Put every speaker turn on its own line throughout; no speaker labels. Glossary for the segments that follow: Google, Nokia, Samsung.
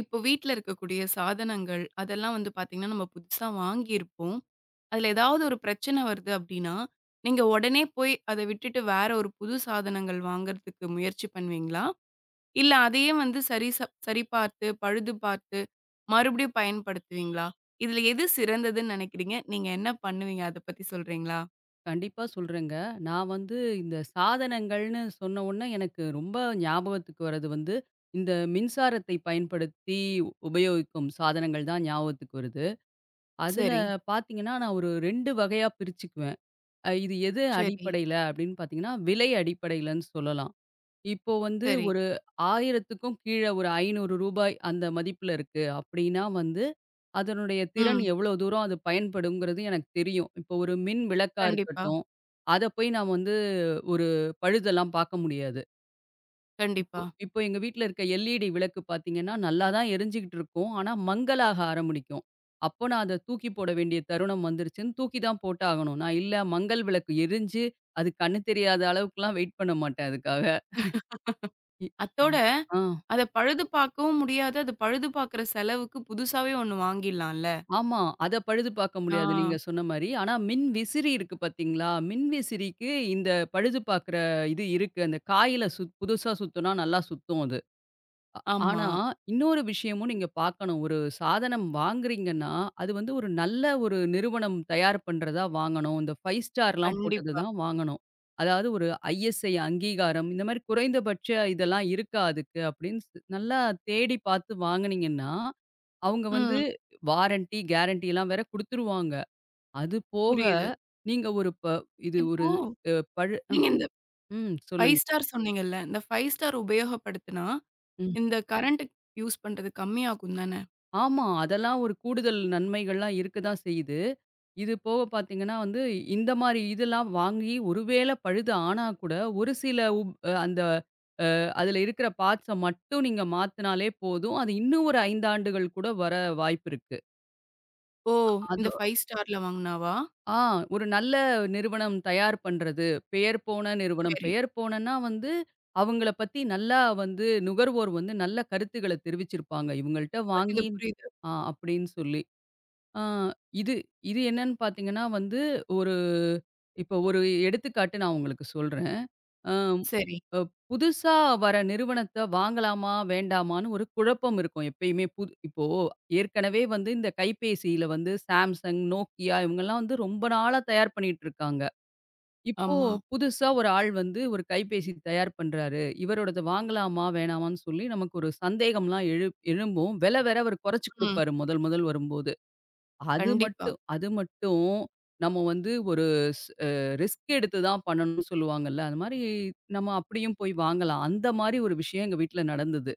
இப்போ வீட்ல இருக்கக்கூடிய சாதனங்கள், அதெல்லாம் வந்து பார்த்தீங்கன்னா, நம்ம புதுசா வாங்கியிருப்போம். அதில ஏதாவது ஒரு பிரச்சனை வருது அப்டின்னா, நீங்க உடனே போய் அத விட்டுட்டு வேற ஒரு புது சாதனங்கள் வாங்குறதுக்கு முயற்சி பண்ணுவீங்களா? இல்ல அதையே வந்து சரி பார்த்து, பழுது பார்த்து மறுபடியும் பயன்படுத்துவீங்களா? இதில எது சிறந்ததுன்னு நினைக்கிறீங்க? நீங்க என்ன பண்ணுவீங்க? அத பத்தி சொல்றீங்களா?
கண்டிப்பா சொல்றேங்க. நான் வந்து இந்த சாதனங்கள்னு சொன்ன உடனே எனக்கு ரொம்ப ஞாபகத்துக்கு வர்றது வந்து, இந்த மின்சாரத்தை பயன்படுத்தி உபயோகிக்கும் சாதனங்கள் தான் ஞாபகத்துக்கு வருது. அதுல
சரி,
பார்த்தீங்கன்னா, நான் ஒரு 2 வகையா பிரிச்சுக்குவேன். இது எது
சரி,
அடிப்படையில அப்படின்னு பார்த்தீங்கன்னா, விலை அடிப்படையிலன்னு சொல்லலாம். இப்போ வந்து
சரி.
ஒரு 1000க்கும் கீழ ஒரு ரூ. 500 அந்த மதிப்புல இருக்கு. அப்படின்னா வந்து, அதனுடைய திறன்
ம்.
எவ்வளோ தூரம் அது பயன்படுங்கிறது எனக்கு தெரியும். இப்போ ஒரு மின் விளக்கா
கண்டிப்பா,
இருக்கட்டும், அத போய் நான் வந்து ஒரு பழுதெல்லாம் பார்க்க முடியாது. இப்போ
கண்டிப்பா.
இப்போ எங்க வீட்ல இருக்க எல்இடி விளக்கு பார்த்தீங்கன்னா, நல்லா தான் எரிஞ்சுகிட்டு இருக்கும். ஆனா மங்கலாக ஆரம்பிக்கும். அப்போ நான் அத தூக்கி போட வேண்டிய தருணம் வந்துருச்சுன்னு தூக்கி தான் போட்டாகணும். நான் இல்ல மங்கல் விளக்கு எரிஞ்சு, அது கண்ணு தெரியாத அளவுக்குலாம் வெயிட் பண்ண மாட்டேன் அதுக்காக. இ ய
அத்தோட
ஆ.
அத பழுது பார்க்கவும் முடியாது. அது பழுது பார்க்குற செலவுக்கு புதுசாவே ஒண்ணு வாங்கிடலாம்ல.
ஆமா. அத பழுது பார்க்க
ஆ.
முடியாது நீங்க சொன்ன மாரி. ஆனா மின் விசிறி இருக்கு பார்த்தீங்களா? மின் விசிறிக்கு இந்த பழுது பார்க்குற இது இருக்கு. அந்த காயில புதுசா சுத்துனா நல்லா சுத்தும் அது.
ஆமா.
ஆனா இன்னொரு விஷயமும் நீங்க பார்க்கணும். ஒரு சாதனம் வாங்குறீங்கன்னா, அது வந்து ஒரு நல்ல ஒரு நிறுவனம் தயார் பண்றதா வாங்கணும். இந்த 5 ஸ்டார்லாம் போட்டது
கண்டிப்பா.
தான் வாங்கணும். அதாவது ஒரு ஐஎஸ்ஐ அங்கீகாரம் இந்த மாரி குறைந்தபட்ச இதெல்லாம் இருக்கா அதுக்கு? அப்படின்னு நல்லா தேடி பார்த்து வாங்குனீங்கன்னா, அவங்க வந்து
ம்.
வாரண்டி, கேரண்டிலாம் வேற குடுத்துருவாங்க. அது போக
புரியுது.
நீங்க ஒரு ப இது ஒரு
இப்போ
அ பழு அ
நீங்க இந்த
ம் சொல்லுங்க.
5 ஸ்டார் சொன்னீங்கல்ல. இந்த 5 ஸ்டார் உபயோகப்படுத்துனா,
ம்.
இந்த கரண்ட் யூஸ் பண்றது கம்மியாகும் தானே?
ஆமா. அதெல்லாம் ஒரு கூடுதல் நன்மைகள்லாம் இருக்க தான் செய்யுது. இது போக பார்த்தீங்கன்னா வந்து, இந்த மாரி இதெல்லாம் வாங்கி ஒரு வேள பழுது ஆனா கூட, ஒரு சில உப் அ அந்த அதில இருக்கிற பார்ட்ஸ மட்டும் நீங்க மாத்துனாலே போதும். அது இன்னும் ஒரு 5 ஆண்டுகள் கூட வர வாய்ப்பு இருக்கு.
ஓ!
அத
இந்த 5 ஸ்டார்ல வாங்குனாவா?
ஆ ஒரு நல்ல நிறுவனம் தயார் பண்றது. பெயர் போன நிறுவனம்.
சரி.
பெயர் போனன்னா வந்து, அவங்கள பத்தி நல்லா வந்து நுகர்வோர் வந்து நல்ல கருத்துக்கள தெரிவிச்சிருப்பாங்க. இவங்கள்ட்ட
புரியுது,
வாங்கி
புரியுது.
அப்படின்னு சொல்லி. ஆ இது இது என்னன்னு பார்த்தீங்கன்னா வந்து, ஒரு ஒரு எடுத்துக்காட்டு நான் உங்களுக்கு சொல்றேன். அ
சரி.
புதுசா வர நிறுவனத்த வாங்கலாமா? வேண்டாமான்னு ஒரு குழப்பம் இருக்கும் எப்பயுமே. புது இப்போ ஏற்கனவே வந்து இந்த கைபேசியில வந்து Samsung, Nokia இவங்கலாம் வந்து ரொம்ப நாளா தயார் பண்ணிட்டு இருக்காங்க. இப்போ
ஆமா.
புதுசா ஒரு ஆள் வந்து ஒரு கைபேசி தயார் பண்றாரு. இவரோடது வாங்கலாமா? வேணாமான்னு சொல்லி நமக்கு ஒரு சந்தேகம்லாம் எழும்பும். விலை வேற அவர் குறைச்சு
ம்.
குடுப்பாரு முதல் முதல் வரும்போது. அது
கண்டிப்பா.
மட்டும் அது மட்டும் நம்ம வந்து ஒரு ஸ் அ ரிஸ்க் எடுத்து தான் பண்ணணும்னு சொல்லுவாங்கல்ல. அது மாரி நம்ம அப்படியும் போய் வாங்கலாம். அந்த மாரி ஒரு விஷயம் எங்க வீட்ல நடந்தது.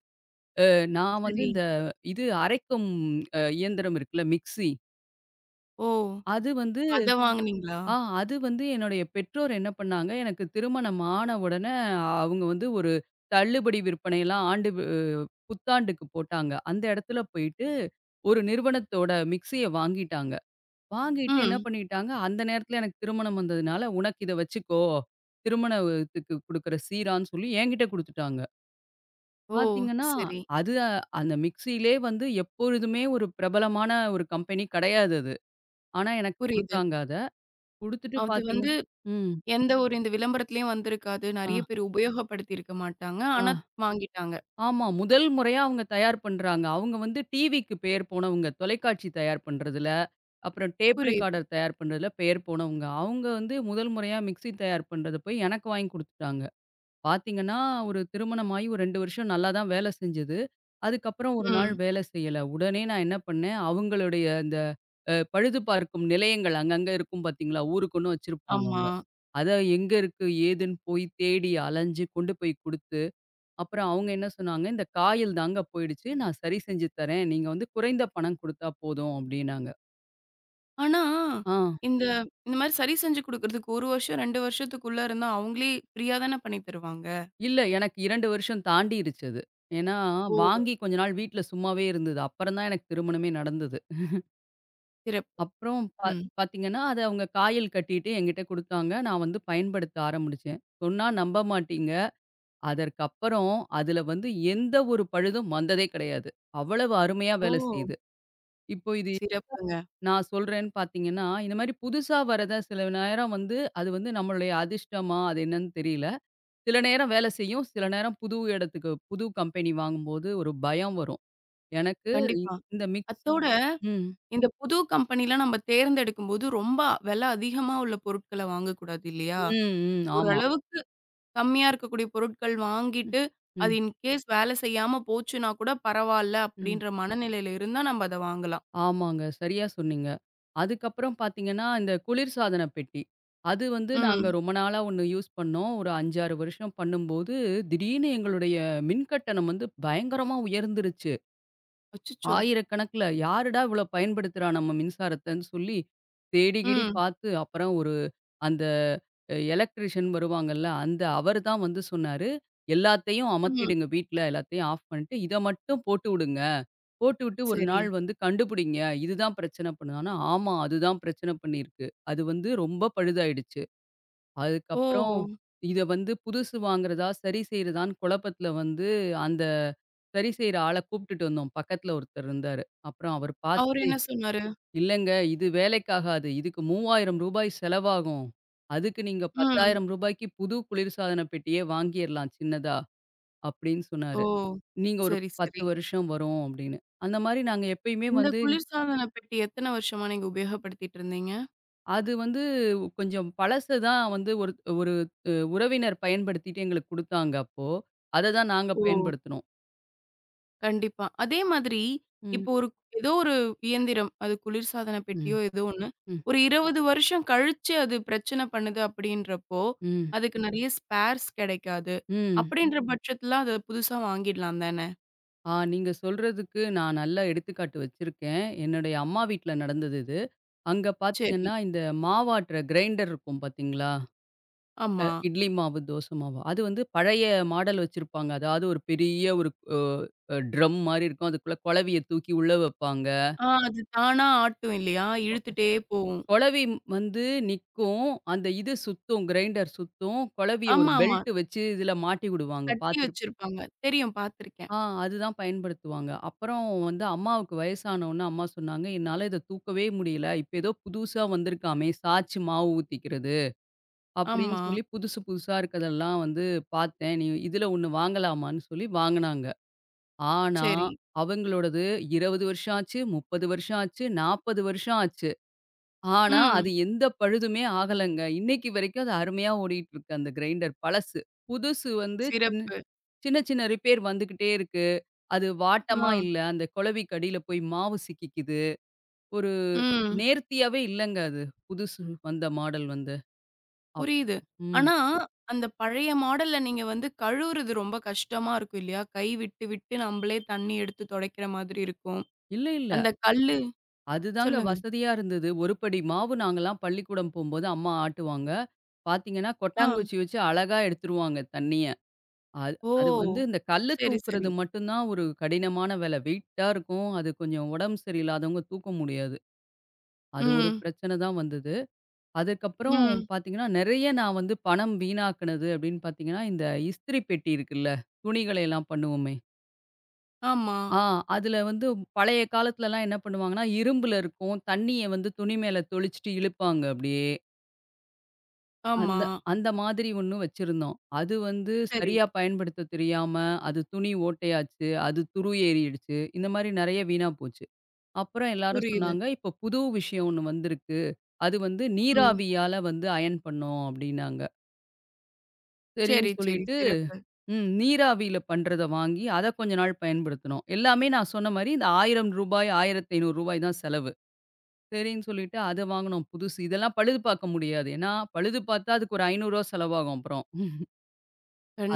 நான் வந்து
சரி.
இது அரைக்கும் இயந்திரம் இருக்குல்ல மிக்ஸி.
ஓ!
அது வந்து
அத வாங்குனீங்களா?
ஆ அது வந்து என்னுடைய பெற்றோர் என்ன பண்ணாங்க, எனக்கு திருமணம் ஆன உடனே அவங்க வந்து ஒரு தள்ளுபடி விற்பனைலாம் ஆண்டு வு புத்தாண்டுக்கு போட்டாங்க. அந்த இடத்துல போயிட்டு ஒரு நிறுவனத்தோட மிக்ஸிய வாங்கிட்டாங்க. வாங்கிட்டு என்ன
ம்.
பண்ணிட்டாங்க, அந்த நேரத்துல எனக்கு திருமணம் வந்ததுனால, "உனக்கு இத வச்சுக்கோ. திருமணத்துக்கு குடுக்குற சீரான்னு" சொல்லி என்கிட்ட குடுத்துட்டாங்க.
ஓ!
பாத்தீங்கன்னா,
சரி.
அது அந்த மிக்ஸியிலே வந்து எப்பொழுதுமே ஒரு பிரபலமான ஒரு கம்பெனி கெடையாது அது. ஆனா எனக்கு
புரியுது.
குடுத்தாங்க அத. குடுத்துட்டு
அது
பாத்தீங்க
வந்து
ம்.
எந்த ஒரு இந்த விளம்பரத்திலயும் வந்திருக்காது.
ஆ,
நெறைய பேர் உபயோகப்படுத்தி இருக்க மாட்டாங்க.
ஆ.
ஆனா வாங்கிட்டாங்க.
ஆமா. முதல் முறையா அவங்க தயார் பண்றாங்க. அவங்க வந்து டிவிக்கு பெயர் போனவங்க. தொலைக்காட்சி தயார் பண்றதுல, அப்புறம் டேப்
புரியுது.
ரெக்கார்டர் தயார் பண்றதுல பெயர் போனவங்க. அவங்க வந்து முதல் முறையா மிக்ஸி தயார் பண்றத போய் எனக்கு வாங்கி குடுத்துட்டாங்க. பார்த்தீங்கன்னா, ஒரு திருமணமாகி ஒரு 2 வருஷம் நல்லா தான் வேலை செஞ்சது. அதுக்கப்புறம் ஒரு நாள்
ம்.
வேலை செய்யல. உடனே நான் என்ன பண்ணேன், அவங்களுடைய இந்த பழுது பார்க்கும் நிலையங்கள் அங்கங்க இருக்கும் பார்த்தீங்களா? ஊருக்கு ஒண்ணு வச்சிருப்பாங்க
ஆமா.
அவங்க. அத எங்க இருக்கு, ஏதுன்னு போய் தேடி அலைஞ்சு கொண்டு போய் குடுத்து, அப்புறம் அவங்க என்ன சொன்னாங்க, "இந்த காயில் தாங்க போயிடுச்சு. நான் சரி செஞ்சு தரேன். நீங்க வந்து குறைந்த பணம் குடுத்தா போதும்" அப்படின்னாங்க.
ஆனா,
ஆ
இந்த இந்த மாரி சரி செஞ்சு குடுக்குறதுக்கு 1 வருஷம், 2 வருஷத்துக்குள்ள இருந்தா அவங்களே ஃப்ரீயா தானே பண்ணி தருவாங்க.
இல்ல எனக்கு 2 வருஷம் தாண்டிருச்சு அது. ஏன்னா,
ஓ!
வாங்கி கொஞ்ச நாள் வீட்ல சும்மாவே இருந்தது. அப்புறம் தான் எனக்கு திருமணமே நடந்தது.
சிறப்பு.
அப்புறம்
ம்.
பாத்தீங்கன்னா, அத அவங்க காயில் கட்டிட்டு என்கிட்ட குடுத்தாங்க. நான் வந்து பயன்படுத்த ஆரம்பிச்சேன். சொன்னா நம்ப மாட்டீங்க. அதற்கப்புறம் அதுல வந்து எந்த ஒரு பழுதும் வந்ததே கிடையாது. அவ்வளவு அருமையா
ஓ!
வேலை செய்யுது. இப்போ இது
சிறப்புங்க.
நான் சொல்றேன்னு பாத்தீங்கன்னா, இந்த மாரி புதுசா வரத சில நேரம் வந்து அது வந்து நம்மளுடைய அதிர்ஷ்டமா? அது என்னன்னு தெரியல. சில நேரம் வேலை செய்யும். சில நேரம் புது இடத்துக்கு புது கம்பெனி வாங்கும்போது ஒரு பயம் வரும். எனக்கு
கண்டிப்பா.
இந்த
அத்தோட
ம்.
இந்த புது கம்பெனிலாம் நம்ம தேர்ந்தெடுக்கும்போது ரொம்ப விலை அதிகமா உள்ள பொருட்கள வாங்கக்கூடாது இல்லையா?
ம், ம். ஆமா.
ஓரளவுக்கு கம்மியா இருக்கக்கூடிய பொருட்கள்
ம்.
வாங்கிட்டு, அது
ம்.
இன் கேஸ் வேலை செய்யாம போச்சுன்னா கூட பரவால்ல
ம்.
அப்படின்ற மனநிலையில இருந்தா நம்ம அத வாங்கலாம்.
ஆமாங்க. சரியா சொன்னீங்க. அதுக்கப்புறம் பார்த்தீங்கன்னா, இந்த குளிர்சாதன பெட்டி. அது வந்து நாங்க
ம்.
ரொம்ப நாளா ஒண்ணு யூஸ் பண்ணோம். ஒரு 5, 6 வருஷம் பண்ணும்போது, திடீர்னு எங்களுடைய மின் கட்டணம் வந்து பயங்கரமா உயர்ந்துருச்சு.
அச்சச்சோ!
ஆயிரக்கணக்குல யாருடா இவ்வளோ பயன்படுத்துறா நம்ம மின்சாரத்தன்னு சொல்லி, தேடி கீடி
ம்,
பார்த்து அப்புறம் ஒரு அந்த எலக்ட்ரிஷியன் வருவாங்கல்ல, அந்த அவர் தான் வந்து சொன்னாரு, "எல்லாத்தையும்
ம்.
அமத்திடுங்க வீட்ல எல்லாத்தையும் ஆஃப் பண்ணிட்டு, இத மட்டும் போட்டு விடுங்க. போட்டுவிட்டு ஒரு
சரி.
நாள் வந்து கண்டுபிடிங்க. இதுதான் பிரச்சனை பண்ணுது." ஆனா, ஆமா அதுதான் பிரச்சனை பண்ணியிருக்கு. அது வந்து ரொம்ப பழுதாயிடுச்சு.
ஓ!
அதுக்கப்புறம் இத வந்து புதுசு வாங்குறதா, சரி செய்றதான்னு குழப்பத்துல வந்து, அந்த சரி செய்ற ஆள கூப்ட்டுட்டு வந்தோம். பக்கத்துல ஒருத்தர் இருந்தாரு. அப்புறம் அவர்
அவரு
பாத்துட்டு,
என்ன சொன்னாரு?
"இல்லங்க இது வேலைக்காகாது. இதுக்கு ரூ. 3000 செலவாகும். அதுக்கு நீங்க ரூ.
ம்.
10,000 புது குளிர்சாதன பெட்டியே வாங்கியறலாம் சின்னதா" அப்படின்னு
ஓ!
சொன்னாரு. "நீங்க ஒரு
சரி,
10
சரி.
வருஷம் வரும்" அப்படின்னு. அந்த மாரி நாங்க எப்பயுமே
இந்த
வந்து
குளிர்சாதன பெட்டி எத்தன வருஷமா நீங்க உபயோகப்படுத்திட்டு இருந்தீங்க?
அது வந்து கொஞ்சம் பழசு தான் வந்து ஒரு ஒரு உறவினர் பயன்படுத்திட்டு எங்களுக்கு குடுத்தாங்க அப்போ. அத தான் நாங்க
ஓ!
பயன்படுத்துனோம்.
கண்டிப்பா. அதே மாதிரி,
ம்.
இப்போ ஒரு ஏதோ ஒரு இயந்திரம், அது குளிர்சாதன
ம்.
பெட்டியோ ஏதோ ஒண்ணு,
ம்.
ஒரு 20 வருஷம் கழிச்சு அது பிரச்சனை பண்ணுது அப்படின்றப்போ,
ம்.
அதுக்கு நெறைய ஸ்பேர்ஸ் கிடைக்காது.
ம்.
அப்படின்ற பட்சத்தில அத புதுசா வாங்கிடலாம் தானே?
ஆ நீங்க சொல்றதுக்கு நான் நல்ல எடுத்துக்காட்டு வச்சிருக்கேன். என்னுடைய அம்மா வீட்ல நடந்தது இது. அங்க
சரி.
பார்த்தீங்கன்னா, இந்த மாவாட்டுற கிரைண்டர் இருக்கும் பார்த்தீங்களா?
ஆமா.
இட்லி மாவு, தோசை மாவு. அது வந்து பழைய மாடல் வச்சிருப்பாங்க. அதாவது ஒரு பெரிய ஒரு ட்ரம் மாரி இருக்கும். அதுக்குள்ள குளவிய தூக்கி உள்ள வைப்பாங்க.
ஆ, அது தானா ஆட்டும் இல்லையா? இழுத்துட்டே போவும்.
குழவி ம் வந்து நிக்கும். அந்த இது சுத்தும், கிரைண்டர் சுத்தும். குழவிய ஒரு
ஆமா, ஆமா.
பெல்ட் வச்சு இதில மாட்டி விடுவாங்க
கட்டி
பார்த்துருப்
வச்சிருப்பாங்க. தெரியும் பார்த்துருக்கேன்.
ஆ அதுதான் பயன்படுத்துவாங்க. அப்புறம் வந்து அம்மாவுக்கு வயசானோனே அம்மா சொன்னாங்க, "என்னால இத தூக்கவே முடியல. இப்ப ஏதோ புதுசா வந்திருக்காமே! சாச்சு மாவு ஊத்திக்கிறது." அப்படின்னு
ஆமா.
சொல்லி புதுசு புதுசா இருக்கதெல்லாம் வந்து பார்த்தேன். "நீ இதில ஒண்ணு வாங்கலாமான்னு?" சொல்லி வாங்குனாங்க. ஆனா,
சரி.
அவங்களோடது 20 வருஷம் ஆச்சு, 30 வருஷம் ஆச்சு, 40 வருஷம் ஆச்சு. ஆனா, அது
ம்.
எந்த பழுதுமே ஆகலங்க. இன்னைக்கு வரைக்கும் அது அருமையா ஓடிட்டு இருக்கு அந்த கிரைண்டர் பழசு. புதுசு வந்து சின்ன
சிறப்பு.
சின்ன சின்ன ரிப்பேர் வந்துகிட்டே இருக்கு. அது
ஆ.
வாட்டமா இல்ல. அந்த குளவிக்கு அடியில போய் மாவு சிக்கிக்குது. ஒரு
ம்.
நேர்த்தியாவே இல்லங்க அது. புதுசு வந்த மாடல் வந்து. அப்
புரியுது.
ம்.
ஆனா, அந்த பழைய மாடல்ல நீங்க வந்து கழுவுறது ரொம்ப கஷ்டமா இருக்கும் இல்லையா? கை விட்டு, விட்டு நம்பளே தண்ணீ எடுத்து தொடைக்கிற மாதிரி இருக்கும்.
இல்ல, இல்ல.
அந்த கல்லு
அதுதாங்க
சொல்லுங்க.
வசதியா இருந்தது. ஒரு படி மாவு நாங்கலாம் பள்ளிக்கூடம் போம்போது அம்மா ஆட்டுவாங்க. பார்த்தீங்கன்னா,
ஆ.
கொட்டாங்குச்சி வச்சு அழகா எடுத்துருவாங்க தண்ணிய. அது
ஓ!
அது வந்து இந்த கல்லு
சரி, சரி.
தூக்குறது மட்டும் தான் ஒரு கடினமான வேலை. வெயிட்டா இருக்கும். அது கொஞ்சம் உடம்பு சரியில்லாதவங்க தூக்க முடியாது. அது ஒரு
ம்,
பிரச்சனை தான் வந்தது. அதுக்கப்புறம்
ம்.
பார்த்தீங்கன்னா, நெறைய நான் வந்து பணம் வீணாக்குனது அப்படின்னு பார்த்தீங்கன்னா, இந்த இஸ்திரி பெட்டி இருக்குல்ல, துணிகளை எல்லாம் பண்ணுவோமே.
ஆமா,
ஆ அதில வந்து பழைய காலத்துலலாம் என்ன பண்ணுவாங்கன்னா, இரும்புல இருக்கும். தண்ணிய வந்து துணி மேல தெளிச்சுட்டு இழுப்பாங்க அப்படியே.
ஆமா.
அந்த அந்த மாதிரி ஒண்ணு வச்சிருந்தோம். அது வந்து
சரி.
சரியா பயன்படுத்த தெரியாம, அது துணி ஓட்டையாச்சு, அது துரு ஏறிடுச்சு. இந்த மாரி நெறைய வீணா போச்சு. அப்புறம் எல்லாரும்
புரியுது.
சொன்னாங்க, "இப்ப புது விஷயம் ஒண்ணு வந்திருக்கு. அது வந்து
ம்.
நீராவியால வந்து அயன் பண்ணோம்" அப்படின்னாங்க. சரின்னு
சரி, சரி.
சொல்லிட்டு,
சிறப்பு.
ம் நீராவியில பண்றத வாங்கி, அத கொஞ்ச நாள் பயன்படுத்தினோம். எல்லாமே நான் சொன்ன மாரி இந்த ரூ. 1000 ரூ. 1500 தான் செலவு. சரின்னு சொல்லிட்டு அத வாங்குனோம் புதுசு. இதெல்லாம் பழுது பார்க்க முடியாது. ஏன்னா, பழுது பார்த்தா அதுக்கு ஒரு ரூ. 500 செலவாகும் அப்புறம்.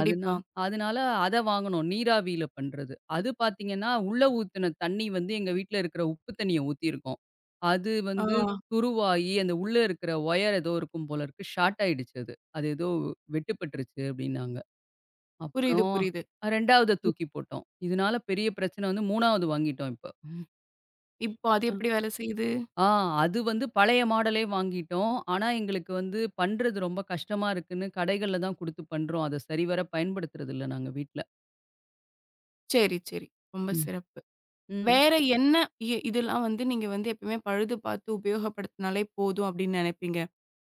அதுனா அதனால அத வாங்குனோம். நீராவியில பண்றது. அது பார்த்தீங்கன்னா, உள்ள ஊத்துன தண்ணி வந்து எங்க வீட்ல இருக்கிற உப்பு தண்ணிய ஊத்தியிருக்கோம். அது
ஆ.
வந்து அந்த உள்ள இருக்கிற ஒயர் ஏதோ இருக்கும் போல இருக்கு. ஷார்ட் ஆயிடுச்சு அது. அது ஏதோ வெட்டுப்பட்டுருச்சு அப்டின்னாங்க.
புரியுது,
அப்புறம்
புரியுது.
2வது
இப்
தூக்கி போட்டோம். இதனால பெரிய பிரச்சனை வந்து 3வது வாங்கிட்டோம் இப்ப.
இப்போ அது எப்படி வேலை செய்யுது?
ஆ அது வந்து பழைய மாடலே வாங்கிட்டோம். ஆனா, எங்களுக்கு வந்து பண்றது ரொம்ப கஷ்டமா இருக்குன்னு கடைகள்ல தான் குடுத்து பண்றோம். அத சரிவர பயன்படுத்துறதில்ல நாங்க வீட்ல.
சரி, சரி. ரொம்ப
ம்.
சிறப்பு.
ம்.
வேற என்ன இதெல்லாம் வந்து நீங்க வந்து எப்பயுமே பழுது பார்த்து உபயோகப்படுத்தினாலே போதும் அப்படின்னு நினைப்பீங்க?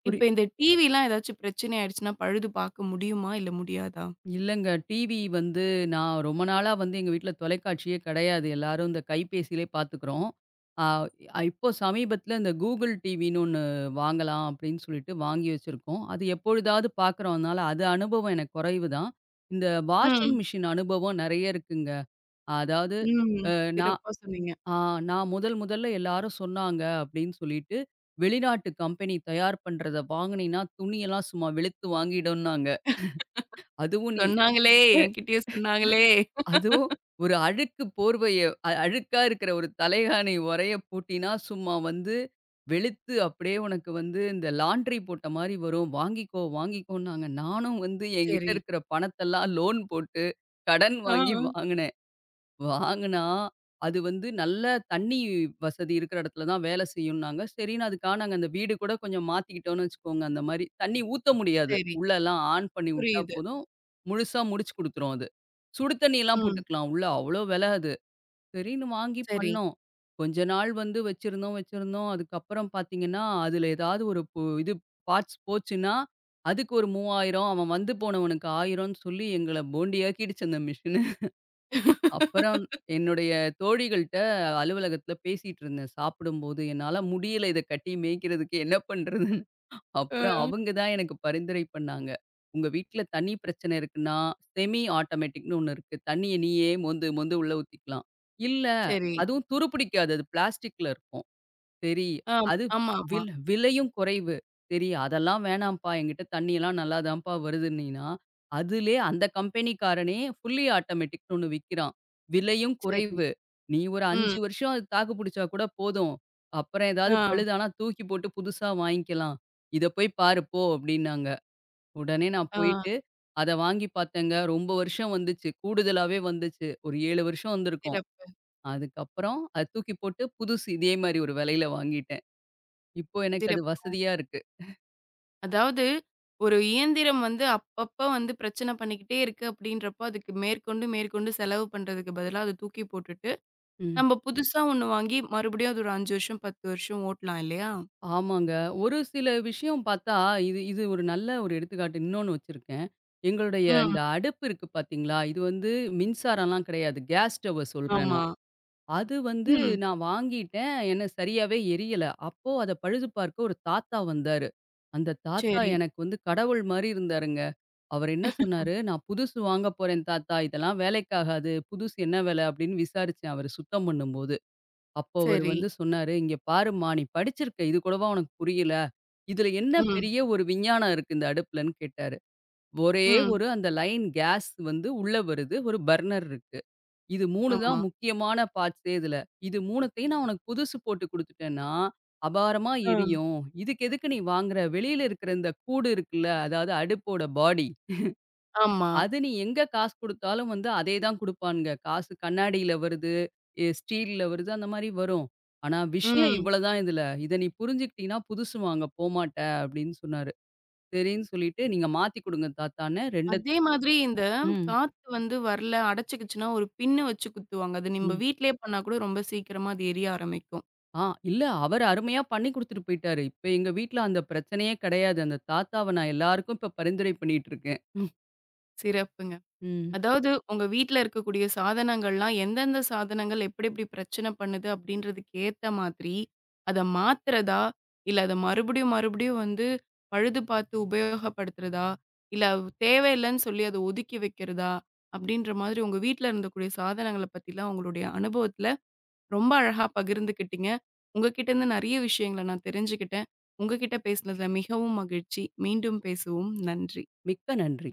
புரி
இப்ப இந்த டிவிலாம் ஏதாச்சும் பிரச்சனை ஆயிடுச்சுன்னா, பழுது பார்க்க முடியுமா? இல்ல முடியாதா?
இல்லங்க. டிவி வந்து நான் ரொம்ப நாளா வந்து எங்க வீட்ல தொலைக்காட்சியே கிடையாது. எல்லாரும் இந்த கைபேசியிலே பார்த்துக்கிறோம். ஆ இப்போ சமீபத்தில இந்த Google டிவின்னு ஒண்ணு வாங்கலாம் அப்படின்னு சொல்லிட்டு வாங்கி வச்சிருக்கோம். அது எப்பொழுதாவது பார்க்குறோம்னால அது அனுபவம் எனக்கு குறைவு தான். இந்த வாஷிங்
ம்.
மிஷின் அனுபவம் நெறைய இருக்குங்க. அதாவது
ம்.
அ நான்
சிறப்பா சொன்னீங்க.
ஆ நான் முதல் முதல்ல எல்லாரும் சொன்னாங்க அப்படின்னு சொல்லிட்டு, வெளிநாட்டு கம்பெனி தயார் பண்றத வாங்குனீன்னா, துணியெல்லாம் சும்மா வெளுத்து வாங்கிடும்னாங்க. அதுவும் நீ
சொன்னாங்களே! என்கிட்டயும் சொன்னாங்களே!
அதுவும் ஒரு அழுக்கு போர்வைய அழுக்கா இருக்கிற ஒரு தலைகாணி உறைய போட்டினா, சும்மா வந்து வெளுத்து அப்படியே உனக்கு வந்து இந்த லாண்ட்ரி போட்ட மாரி வரும். வாங்கிக்கோ, வாங்கிக்கோன்னாங்க. நானும் வந்து என்கிட்ட
சரி.
இருக்கிற பணத்தெல்லாம் லோன் போட்டு, கடன்
ஆ.
வாங்கி வாங்குனேன். வாங்குனா, அது வந்து நல்ல தண்ணி வசதி இருக்கிற இடத்துல தான் வேலை செய்யும்னாங்க. சரின்னு அதுக்காக நாங்க அந்த வீடு கூட கொஞ்சம் மாத்திக்கிட்டோம்னு வச்சுக்கோங்க. அந்த மாரி தண்ணி ஊத்த முடியாது.
சரி.
உள்ளலாம் ஆன் பண்ணி விட்டா
புரியுது.
போதும், முழுசா முடிச்சு குடுத்துரும் அது. சுடு தண்ணிலாம்
ம்.
போட்டுக்கலாம். உள்ள அவ்ளோ வெல அது. சரின்னு வாங்கி
சரி.
பண்ணோம். கொஞ்ச நாள் வந்து வச்சிருந்தோம், வச்சிருந்தோம். அதுக்கப்புறம் பார்த்தீங்கன்னா, அதுல ஏதாவது ஒரு பு இது பார்ட்ஸ் போச்சுன்னா, அதுக்கு ஒரு 3000 அவன் வந்து போனவனுக்கு 1000ன்னு சொல்லி எங்கள போண்டியாக்கிடுச்சு அந்த மிஷினு. அப்புறம் என்னுடைய தோழிகள்ட்ட அலுவலகத்தில பேசிட்டு இருந்தேன். சாப்பிடும்போது என்னால முடியல இத கட்டி மேய்க்கிறதுக்கு என்ன பண்றதுன்னு. அப்புறம்
ஆ.
அவங்க தான் எனக்கு பரிந்துரை பண்ணாங்க. "உங்க வீட்ல தண்ணி பிரச்சனை இருக்குன்னா, செமி ஆட்டோமேட்டிக்ன்னு ஒண்ணு இருக்கு. தண்ணிய நீயே மோந்து மோந்து உள்ள ஊத்திக்கலாம். இல்ல
சரி.
அதுவும் துரு பிடிக்காது. அது பிளாஸ்டிக்ல இருக்கும்." சரி.
ஆ.
அது
ஆமா, ஆமா.
விலையும் குறைவு. சரி அதெல்லாம் வேணாம்ப்பா, என்கிட்ட தண்ணியெல்லாம் நல்லா தான்ப்பா வருதுன்னீன்னா, அதிலே அந்த கம்பெனிக்காரனே ஃபுல்லி ஆட்டோமேட்டிக்ன்னு ஒண்ணு விக்கிறான். விலையும்
சரி.
குறைவு. நீ ஒரு
ம்.
5 வருஷம் அது தாக்கு புடிச்சா கூட போதும். அப்புறம் ஏதாவது
ஆ.
பழுதானா தூக்கி போட்டு புதுசா வாங்கிக்கலாம். இத போய் பாரு போ அப்டின்னாங்க. உடனே நான்
ஆ.
போயிட்டு அத வாங்கி பார்த்தேங்க. ரொம்ப வருஷம் வந்துச்சு. கூடுதலாவே வந்துச்சு. ஒரு 7 வருஷம் வந்திருக்கும்.
சிறப்பு,
அதுக்கப்புறம் அத தூக்கி போட்டு புதுசு இதே மாரி ஒரு விலையில வாங்கிட்டேன். இப்போ எனக்கு அது
சிறப்பு.
வசதியா இருக்கு.
அதாவது ஒரு இயந்திரம் வந்து அப்பப்ப வந்து பிரச்சனை பண்ணிக்கிட்டே இருக்கு அப்படின்றப்போ, அதுக்கு மேற்கொண்டு மேற்கொண்டு செலவு பண்றதுக்கு பதிலா அத தூக்கி போட்டுட்டு
ம்.
நம்ம புதுசா ஒண்ணு வாங்கி மறுபடியும் அது ஒரு 5 வருஷம், 10 வருஷம் ஓட்டலாம் இல்லையா?
ஆமாங்க. ஒரு சில விஷயம் பார்த்தா, இது இது ஒரு நல்ல ஒரு எடுத்துக்காட்டு. இன்னொன்னு வச்சிருக்கேன். எங்களுடைய
ம்.
இந்த அடுப்பு இருக்கு பார்த்தீங்களா? இது வந்து மின்சாரம்லாம் கிடையாது. கேஸ் ஸ்டவ்வ சொல்றேன்
ஆமா.
நான். அது வந்து
ம்.
நான் வாங்கிட்டேன். எனக்கு சரியாவே எரியல. அப்போ அத பழுது பார்க்க ஒரு தாத்தா வந்தாரு. அந்த தாத்தா
சரி,
எனக்கு வந்து கடவுள் மாரி இருந்தாருங்க. அவர் என்ன சொன்னாரு, "நான் புதுசு வாங்க போறேன் தாத்தா. இதெல்லாம் வேலைக்காகாது. புதுசு என்ன வேல?" அப்படின்னு விசாரிச்சேன் அவரு சுத்தம் பண்ணும்போது. அப்போ அவரு
சரி.
வந்து சொன்னாரு, "இங்க பாரும்மா! நீ படிச்சிருக்க. இது கூடவா உனக்கு புரியல? இதுல என்ன
ம்.
பெரிய ஒரு விஞ்ஞானம் இருக்கு இந்த அடுப்புலன்னு" கேட்டாரு. ஒரே
ம்.
ஒரு அந்த லைன் கேஸ் வந்து உள்ள வருது. ஒரு பர்னர் இருக்கு. இது 3
ஆமா.
தான் முக்கியமான பார்ட்ஸே இதுல. இது 3த்தையும் நான் உனக்கு புதுசு போட்டு குடுத்துட்டேன்னா, அபாரமா
ஆ.
எரியும். இதுக்கு எதுக்கு நீ வாங்குற? வெளியில இருக்கிற இந்த கூடு இருக்குல்ல, அதாவது அடுப்போட பாடி
ஆமா.
அது நீ எங்க காசு குடுத்தாலும் வந்து அதே தான் குடுப்பானுங்க. காசு கண்ணாடியில வருது, ஸ்டீல்ல வருது அந்த மாரி வரும். ஆனா விஷயம்
ம்.
இவ்வளதான் இதுல. இத நீ புரிஞ்சுக்கிட்டீன்னா, புதுசு வாங்க போமாட்ட அப்படின்னு சொன்னாரு. சரின்னு சொல்லிட்டு நீங்க மாத்தி குடுங்க தாத்தான்னு
அதே
2த்துக்கும்
மாதிரி இந்த
ம்,
காத்து வந்து வரல, அடைச்சுக்கிச்சுன்னா ஒரு பின்னு வச்சு குத்துவாங்க. அது நம்ம
ம்.
வீட்லயே பண்ணா கூட ரொம்ப சீக்கிரமா அது எரிய ஆரம்பிக்கும்.
ஆ இல்ல அவரு அருமையா பண்ணி குடுத்துட்டு போயிட்டாரு. இப்ப எங்க வீட்ல அந்த பிரச்சனையே கிடையாது. அந்த தாத்தாவ நான் எல்லாருக்கும் இப்ப பரிந்துரை பண்ணிட்டு இருக்கேன்.
சிறப்புங்க.
ம்.
அதாவது உங்க வீட்ல இருக்கக்கூடிய சாதனங்கள்லாம் எந்தெந்த சாதனங்கள் எப்படி எப்படி பிரச்சனை பண்ணுது அப்படின்றதுக்கு ஏத்த மாதிரி அத மாத்துறதா? இல்ல அத மறுபடியும் மறுபடியும் வந்து பழுது பார்த்து உபயோகப்படுத்துறதா? இல்ல தேவையில்லன்னு சொல்லி அத ஒதுக்கி வைக்கிறதா? அப்படின்ற மாதிரி உங்க வீட்ல இருந்தக்கூடிய சாதனங்கள பத்திலாம் உங்களுடைய அனுபவத்துல ரொம்ப அழகா பகிர்ந்துக்கிட்டீங்க. உங்ககிட்ட இருந்து நெறைய விஷயங்கள நான் தெரிஞ்சுக்கிட்டேன். உங்ககிட்ட பேசினதுல மிகவும் மகிழ்ச்சி. மீண்டும் பேசுவோம். நன்றி.
மிக்க நன்றி.